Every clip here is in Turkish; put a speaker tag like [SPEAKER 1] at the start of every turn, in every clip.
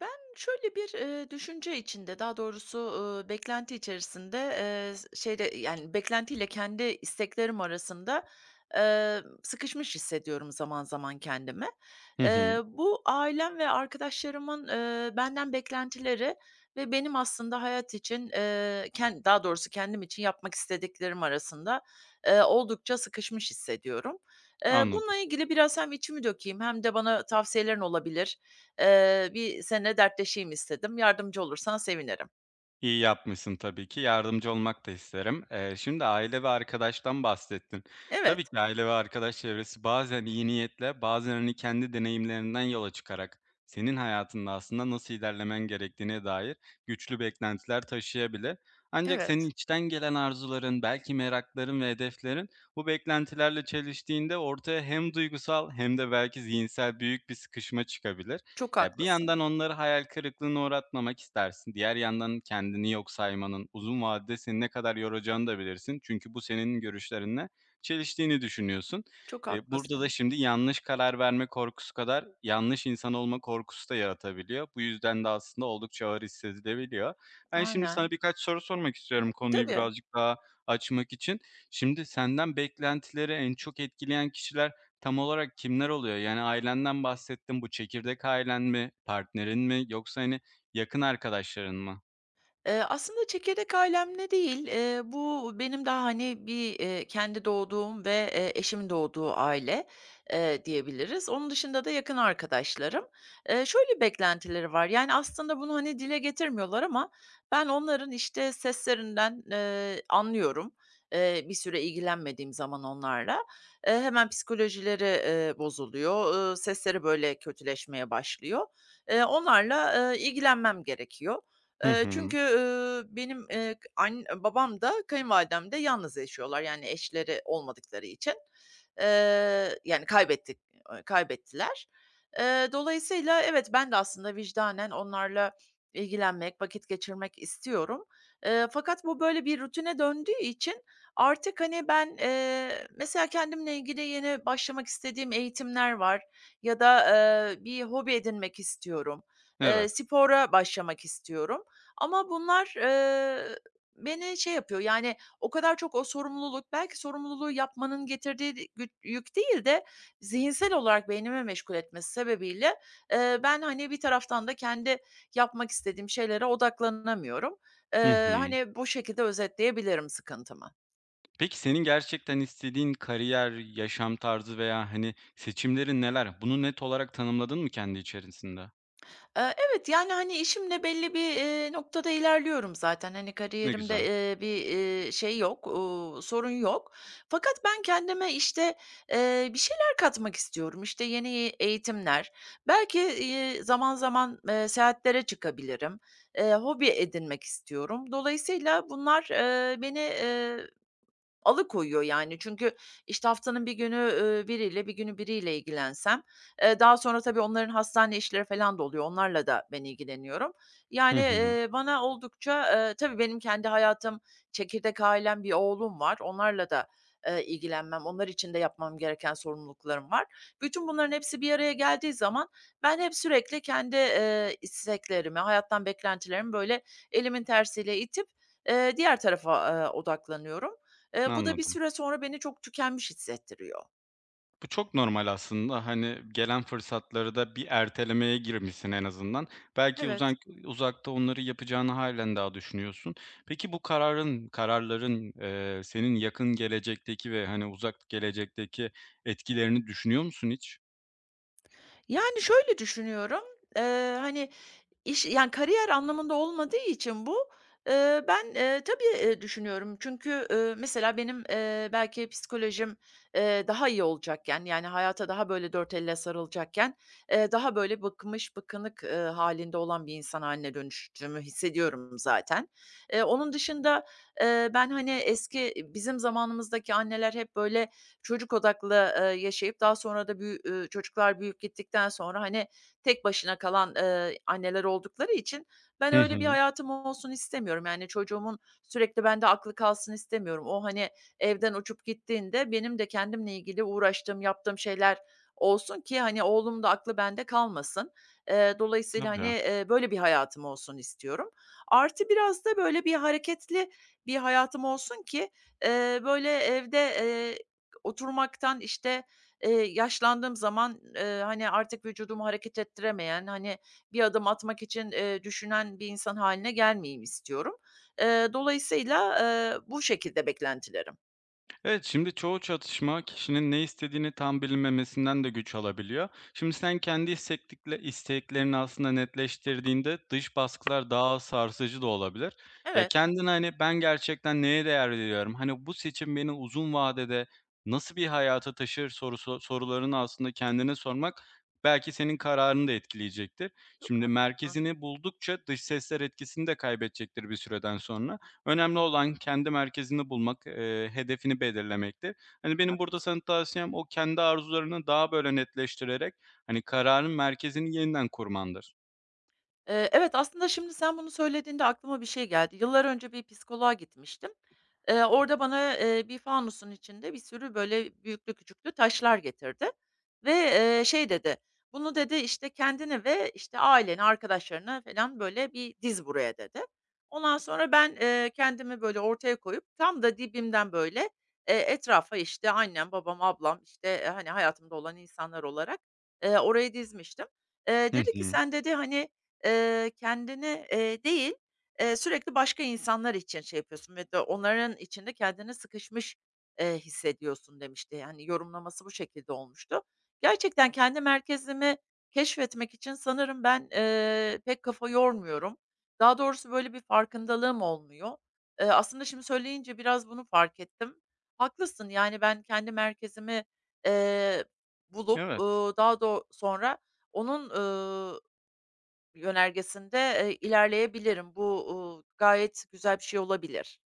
[SPEAKER 1] Ben şöyle bir, düşünce içinde, daha doğrusu, beklenti içerisinde, s şeyde, yani, beklentiyle kendi isteklerim arasında, sıkışmış hissediyorum zaman zaman kendimi.
[SPEAKER 2] Hı hı,
[SPEAKER 1] Bu ailem ve arkadaşlarımın, benden beklentileri ve benim aslında hayat için, ken daha doğrusu kendim için yapmak istediklerim arasında, oldukça sıkışmış hissediyorum. Eee,
[SPEAKER 2] anladım.
[SPEAKER 1] bununla ilgili biraz hem içimi dökeyim hem de bana tavsiyelerin olabilir. Bir seninle dertleşeyim istedim. Yardımcı olursan sevinirim.
[SPEAKER 2] İyi yapmışsın tabii ki. Yardımcı olmak da isterim. Şimdi aile ve arkadaştan bahsettin. Tabii
[SPEAKER 1] Evet,
[SPEAKER 2] ki aile ve arkadaş çevresi bazen iyi niyetle, bazen, hani, kendi deneyimlerinden yola çıkarak senin hayatında aslında nasıl ilerlemen gerektiğine dair güçlü beklentiler taşıyabilir. Ancak senin
[SPEAKER 1] evet.
[SPEAKER 2] içten gelen arzuların, belki merakların ve hedeflerin bu beklentilerle çeliştiğinde ortaya hem duygusal hem de belki zihinsel büyük bir sıkışma çıkabilir.
[SPEAKER 1] Çok
[SPEAKER 2] Ya, bir
[SPEAKER 1] haklısın.
[SPEAKER 2] yandan onları hayal kırıklığına uğratmamak istersin. Diğer yandan kendini yok saymanın uzun vadede seni ne kadar yoracağını da bilirsin. Çünkü bu senin görüşlerinle çeliştiğini düşünüyorsun.
[SPEAKER 1] Çok
[SPEAKER 2] Burada da
[SPEAKER 1] haklısın.
[SPEAKER 2] şimdi yanlış karar verme korkusu kadar yanlış insan olma korkusu da yaratabiliyor. Bu yüzden de aslında oldukça ağır hissedilebiliyor. Ben şimdi sana
[SPEAKER 1] Aynen.
[SPEAKER 2] birkaç soru sormak istiyorum konuyu
[SPEAKER 1] Tabii.
[SPEAKER 2] birazcık daha açmak için. Şimdi senden beklentileri en çok etkileyen kişiler tam olarak kimler oluyor? Yani ailenden bahsettin. Bu çekirdek ailen mi, partnerin mi yoksa, hani, yakın arkadaşların mı?
[SPEAKER 1] Aslında çekirdek ailemle değil, bu benim daha, hani, kendi doğduğum ve, eşimin doğduğu aile, diyebiliriz. Onun dışında da yakın arkadaşlarım. Şöyle beklentileri var, yani, aslında bunu, hani, dile getirmiyorlar ama ben onların, işte, seslerinden, anlıyorum, bir süre ilgilenmediğim zaman onlarla. Hemen psikolojileri, bozuluyor, sesleri, böyle, kötüleşmeye başlıyor. Onlarla, ilgilenmem gerekiyor.
[SPEAKER 2] Hı
[SPEAKER 1] Eee,
[SPEAKER 2] hı.
[SPEAKER 1] çünkü, benim, an babam da kayınvalidem de yalnız yaşıyorlar, yani, eşleri olmadıkları için. Yani, kaybettik kaybettiler. Dolayısıyla evet, ben de aslında vicdanen onlarla ilgilenmek, vakit geçirmek istiyorum. Fakat bu böyle bir rutine döndüğü için artık, hani, ben, mesela kendimle ilgili yeni başlamak istediğim eğitimler var ya da, bir hobi edinmek istiyorum. Eee,
[SPEAKER 2] Evet.
[SPEAKER 1] spora başlamak istiyorum. Ama bunlar, beni şey yapıyor, yani, o kadar çok o sorumluluk, belki sorumluluğu yapmanın getirdiği di güt yük değil de zihinsel olarak beynimi meşgul etmesi sebebiyle, ben, hani, bir taraftan da kendi yapmak istediğim şeylere odaklanamıyorum.
[SPEAKER 2] Hı
[SPEAKER 1] Eee,
[SPEAKER 2] hı.
[SPEAKER 1] hani, bu şekilde özetleyebilirim sıkıntımı.
[SPEAKER 2] Peki senin gerçekten istediğin kariyer, yaşam tarzı veya, hani, seçimlerin neler? Bunu net olarak tanımladın mı kendi içerisinde?
[SPEAKER 1] Evet, yani, hani, işimle belli bir noktada ilerliyorum zaten. Hani,
[SPEAKER 2] Ne
[SPEAKER 1] kariyerimde,
[SPEAKER 2] güzel.
[SPEAKER 1] şey yok, sorun yok. Fakat ben kendime, işte, bir şeyler katmak istiyorum. İşte, yeni eğitimler, belki, zaman zaman, seyahatlere çıkabilirim. Hobi edinmek istiyorum. Dolayısıyla bunlar, beni, alıkoyuyor yani çünkü, işte, haftanın bir günü, bir günü biriyle ilgilensem, daha sonra tabii onların hastane işleri falan da oluyor. Onlarla da ben ilgileniyorum.
[SPEAKER 2] Hı
[SPEAKER 1] Yani,
[SPEAKER 2] hı.
[SPEAKER 1] bana oldukça, tabii benim kendi hayatım, çekirdek ailem, bir oğlum var. Onlarla da, ilgilenmem, onlar için de yapmam gereken sorumluluklarım var. Bütün bunların hepsi bir araya geldiği zaman ben hep sürekli kendi, isteklerimi, hayattan beklentilerimi böyle elimin tersiyle itip, diğer tarafa, odaklanıyorum. Bu da bir
[SPEAKER 2] Anladım.
[SPEAKER 1] süre sonra beni çok tükenmiş hissettiriyor.
[SPEAKER 2] Bu çok normal aslında. Hani, gelen fırsatları da bir ertelemeye girmişsin en azından. Belki uzak
[SPEAKER 1] Evet.
[SPEAKER 2] uzakta onları yapacağını halen daha düşünüyorsun. Peki bu kararların, senin yakın gelecekteki ve, hani, uzak gelecekteki etkilerini düşünüyor musun hiç?
[SPEAKER 1] Yani şöyle düşünüyorum, hani, İş yani kariyer anlamında olmadığı için bu, tabii, düşünüyorum. Çünkü, mesela benim, belki psikolojim, daha iyi olacakken, yani hayata daha böyle dört elle sarılacakken, daha böyle bıkınık, hâlinde olan bir insan haline dönüştüğümü hissediyorum zaten. Onun dışında, ben hani eski bizim zamanımızdaki anneler hep böyle çocuk odaklı, yaşayıp daha sonra da büyü çocuklar büyüyüp gittikten sonra hani, tek başına kalan, anneler oldukları için ben
[SPEAKER 2] Hı
[SPEAKER 1] öyle bir
[SPEAKER 2] hı.
[SPEAKER 1] hayatım olsun istemiyorum. Yani, çocuğumun sürekli bende aklı kalsın istemiyorum. O, hani, evden uçup gittiğinde benim de kendimle ilgili uğraştığım, yaptığım şeyler olsun ki, hani, oğlum da aklı bende kalmasın. Dolayısıyla, hani,
[SPEAKER 2] Tabii.
[SPEAKER 1] böyle bir hayatım olsun istiyorum. Artı biraz da, böyle, bir hareketli bir hayatım olsun ki, böyle, evde, oturmaktan, işte, yaşlandığım zaman, hani, artık vücudumu hareket ettiremeyen, hani, bir adım atmak için, düşünen bir insan hâline gelmeyeyim istiyorum. Dolayısıyla, bu şekilde beklentilerim.
[SPEAKER 2] Evet, şimdi çoğu çatışma kişinin ne istediğini tam bilinmemesinden de güç alabiliyor. Şimdi sen kendi isteklikle, isteklerini aslında netleştirdiğinde dış baskılar daha sarsıcı da olabilir. Ya
[SPEAKER 1] Evet,
[SPEAKER 2] kendine hani ben gerçekten neye değer veriyorum? Hani bu seçim beni uzun vadede nasıl bir hayata taşır sorusu, sorularını aslında kendine sormak belki senin kararını da etkileyecektir.
[SPEAKER 1] çok
[SPEAKER 2] Şimdi
[SPEAKER 1] haklısın,
[SPEAKER 2] merkezini buldukça dış sesler etkisini de kaybedecektir bir süreden sonra. Önemli olan kendi merkezini bulmak, hedefini belirlemektir. Hani, benim burada sana
[SPEAKER 1] haklısın.
[SPEAKER 2] tavsiyem o kendi arzularını daha böyle netleştirerek, hani, kararın merkezini yeniden kurmandır.
[SPEAKER 1] Evet, aslında şimdi sen bunu söylediğinde aklıma bir şey geldi. Yıllar önce bir psikoloğa gitmiştim. Orada bana, bir fanusun içinde bir sürü böyle büyüklü küçüklü taşlar getirdi ve, şey dedi, "Bunu" dedi, "işte, kendini ve, işte, ailene, arkadaşlarını falan böyle bir diz buraya." dedi. Ondan sonra ben, kendimi böyle ortaya koyup tam da dibimden böyle, etrafa, işte, annem, babam, ablam, işte, hani, hayatımda olan insanlar olarak, oraya dizmiştim. Eee,
[SPEAKER 2] Hı
[SPEAKER 1] dedi ki,
[SPEAKER 2] hı.
[SPEAKER 1] "Sen" dedi, "hani, kendini değil, sürekli başka insanlar için şey yapıyorsun ve de onların içinde kendini sıkışmış, hissediyorsun demişti. Yani yorumlaması bu şekilde olmuştu. Gerçekten kendi merkezimi keşfetmek için sanırım ben, pek kafa yormuyorum. Daha doğrusu böyle bir farkındalığım olmuyor. Aslında şimdi söyleyince biraz bunu fark ettim. Haklısın, yani ben kendi merkezimi, eee, bulup,
[SPEAKER 2] Evet.
[SPEAKER 1] daha do sonra onun yönergesinde, ilerleyebilirim. Bu, gayet güzel bir şey olabilir.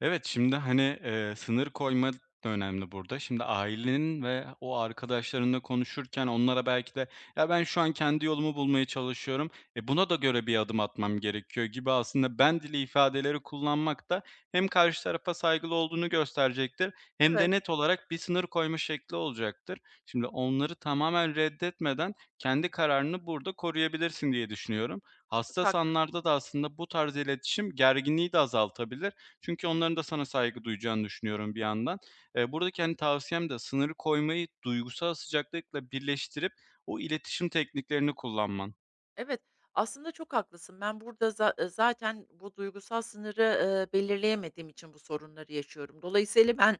[SPEAKER 2] Evet, şimdi, hani, sınır koyma da önemli burada. Şimdi ailenin ve o arkadaşlarınla konuşurken onlara belki de "Ya, ben şu an kendi yolumu bulmaya çalışıyorum. E, buna da göre bir adım atmam gerekiyor." gibi aslında ben dili ifadeleri kullanmak da hem karşı tarafa saygılı olduğunu gösterecektir hem de
[SPEAKER 1] Evet,
[SPEAKER 2] net olarak bir sınır koyma şekli olacaktır. Şimdi onları tamamen reddetmeden kendi kararını burada koruyabilirsin diye düşünüyorum.
[SPEAKER 1] çok
[SPEAKER 2] Hassas
[SPEAKER 1] haklısın.
[SPEAKER 2] anlarda da aslında bu tarz iletişim gerginliği de azaltabilir çünkü onların da sana saygı duyacağını düşünüyorum bir yandan. Buradaki, hani, tavsiyem de sınırı koymayı duygusal sıcaklıkla birleştirip o iletişim tekniklerini kullanman.
[SPEAKER 1] Evet, aslında çok haklısın. Ben burada za zaten bu duygusal sınırı, belirleyemediğim için bu sorunları yaşıyorum. Dolayısıyla ben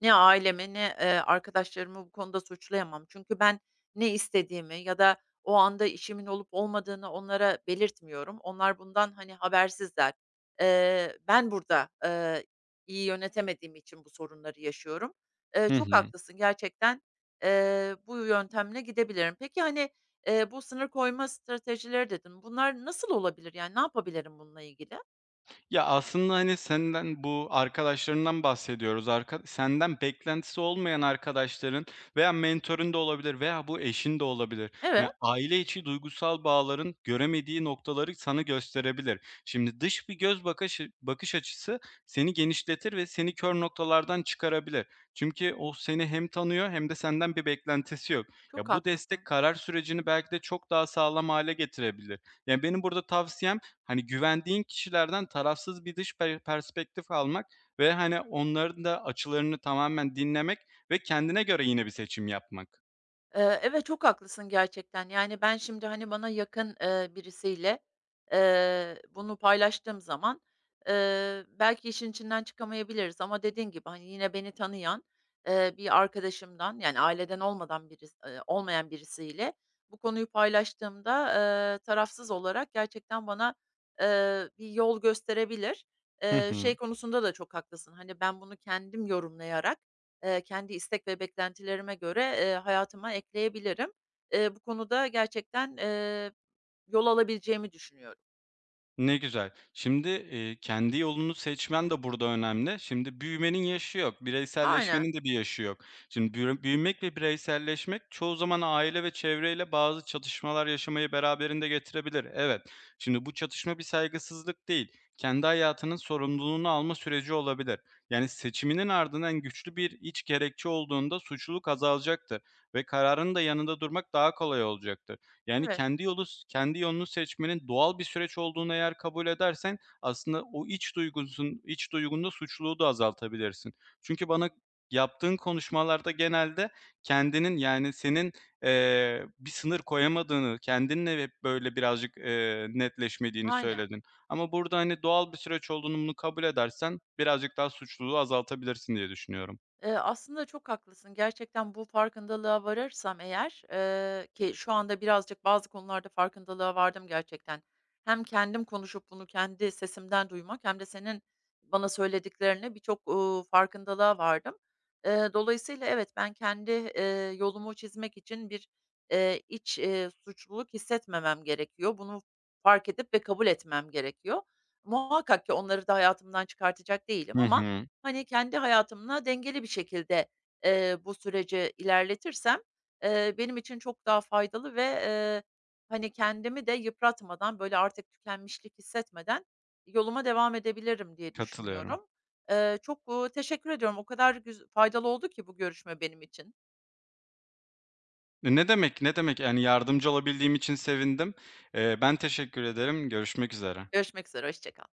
[SPEAKER 1] ne ailemi ne, arkadaşlarımı bu konuda suçlayamam. Çünkü ben ne istediğimi ya da o anda işimin olup olmadığını onlara belirtmiyorum. Onlar bundan, hani, habersizler. Ben burada, iyi yönetemediğim için bu sorunları yaşıyorum. Eee,
[SPEAKER 2] Hı
[SPEAKER 1] çok
[SPEAKER 2] hı.
[SPEAKER 1] haklısın gerçekten. Bu yöntemle gidebilirim. Peki, hani, bu sınır koyma stratejileri dedin. Bunlar nasıl olabilir? Yani, ne yapabilirim bununla ilgili?
[SPEAKER 2] Ya, aslında, hani, senden bu arkadaşlarından bahsediyoruz. Arka senden beklentisi olmayan arkadaşların veya mentorun da olabilir veya bu eşin de olabilir.
[SPEAKER 1] Evet,
[SPEAKER 2] Hani, aile içi duygusal bağların göremediği noktaları sana gösterebilir. Şimdi dış bir göz bakaşı bakış açısı seni genişletir ve seni kör noktalardan çıkarabilir. Çünkü o seni hem tanıyor hem de senden bir beklentisi yok.
[SPEAKER 1] çok
[SPEAKER 2] Ya, bu destek
[SPEAKER 1] haklısın.
[SPEAKER 2] karar sürecini belki de çok daha sağlam hale getirebilir. Yani, benim burada tavsiyem hani, güvendiğin kişilerden tarafsız bir dış perspektif almak ve, hani, onların da açılarını tamamen dinlemek ve kendine göre yine bir seçim yapmak.
[SPEAKER 1] Evet, çok haklısın gerçekten. Yani, ben şimdi, hani, bana yakın, birisiyle, bunu paylaştığım zaman, belki işin içinden çıkamayabiliriz ama dediğin gibi, hani, yine beni tanıyan, bir arkadaşımdan, yani, aileden olmadan biris olmayan birisiyle bu konuyu paylaştığımda, tarafsız olarak gerçekten bana, bir yol gösterebilir.
[SPEAKER 2] Hı
[SPEAKER 1] Eee,
[SPEAKER 2] hı.
[SPEAKER 1] şey konusunda da çok haklısın, hani, ben bunu kendim yorumlayarak kendi istek ve beklentilerime göre, hayatıma ekleyebilirim. Bu konuda gerçekten, yol alabileceğimi düşünüyorum.
[SPEAKER 2] Ne güzel. Şimdi, kendi yolunu seçmen de burada önemli. Şimdi büyümenin yaşı yok,
[SPEAKER 1] Aynen,
[SPEAKER 2] bireyselleşmenin de bir yaşı yok. Şimdi büyümek ve bireyselleşmek çoğu zaman aile ve çevreyle bazı çatışmalar yaşamayı beraberinde getirebilir. Evet. Şimdi bu çatışma bir saygısızlık değil, kendi hayatının sorumluluğunu alma süreci olabilir. Yani seçiminin ardından güçlü bir iç gerekçe olduğunda suçluluk azalacaktır ve kararın da yanında durmak daha kolay olacaktır. Yani
[SPEAKER 1] evet,
[SPEAKER 2] kendi yolunu seçmenin doğal bir süreç olduğunu eğer kabul edersen aslında o iç duygunda suçluluğu da azaltabilirsin. Çünkü bana yaptığın konuşmalarda genelde kendinin, yani, senin, bir sınır koyamadığını, kendinle hep böyle birazcık, netleşmediğini
[SPEAKER 1] aynen.
[SPEAKER 2] söyledin. Ama burada, hani, doğal bir süreç olduğunu bunu kabul edersen birazcık daha suçluluğu azaltabilirsin diye düşünüyorum.
[SPEAKER 1] Aslında çok haklısın. Gerçekten bu farkındalığa varırsam eğer, ki şu anda birazcık bazı konularda farkındalığa vardım gerçekten. Hem kendim konuşup bunu kendi sesimden duymak hem de senin bana söylediklerine birçok, farkındalığa vardım. Dolayısıyla evet, ben kendi, yolumu çizmek için bir, iç suçluluk hissetmemem gerekiyor. Bunu fark edip ve kabul etmem gerekiyor. Muhakkak ki onları da hayatımdan çıkartacak değilim
[SPEAKER 2] Hı
[SPEAKER 1] ama,
[SPEAKER 2] hı.
[SPEAKER 1] hani, kendi hayatımla dengeli bir şekilde, bu süreci ilerletirsem, benim için çok daha faydalı ve, hani, kendimi de yıpratmadan, böyle, artık tükenmişlik hissetmeden yoluma devam edebilirim diye
[SPEAKER 2] Katılıyorum.
[SPEAKER 1] düşünüyorum. Çok, teşekkür ediyorum. O kadar faydalı oldu ki bu görüşme benim için.
[SPEAKER 2] E, ne demek, ne demek. Yani yardımcı olabildiğim için sevindim. Ben teşekkür ederim. Görüşmek üzere.
[SPEAKER 1] Görüşmek üzere, hoşça kal.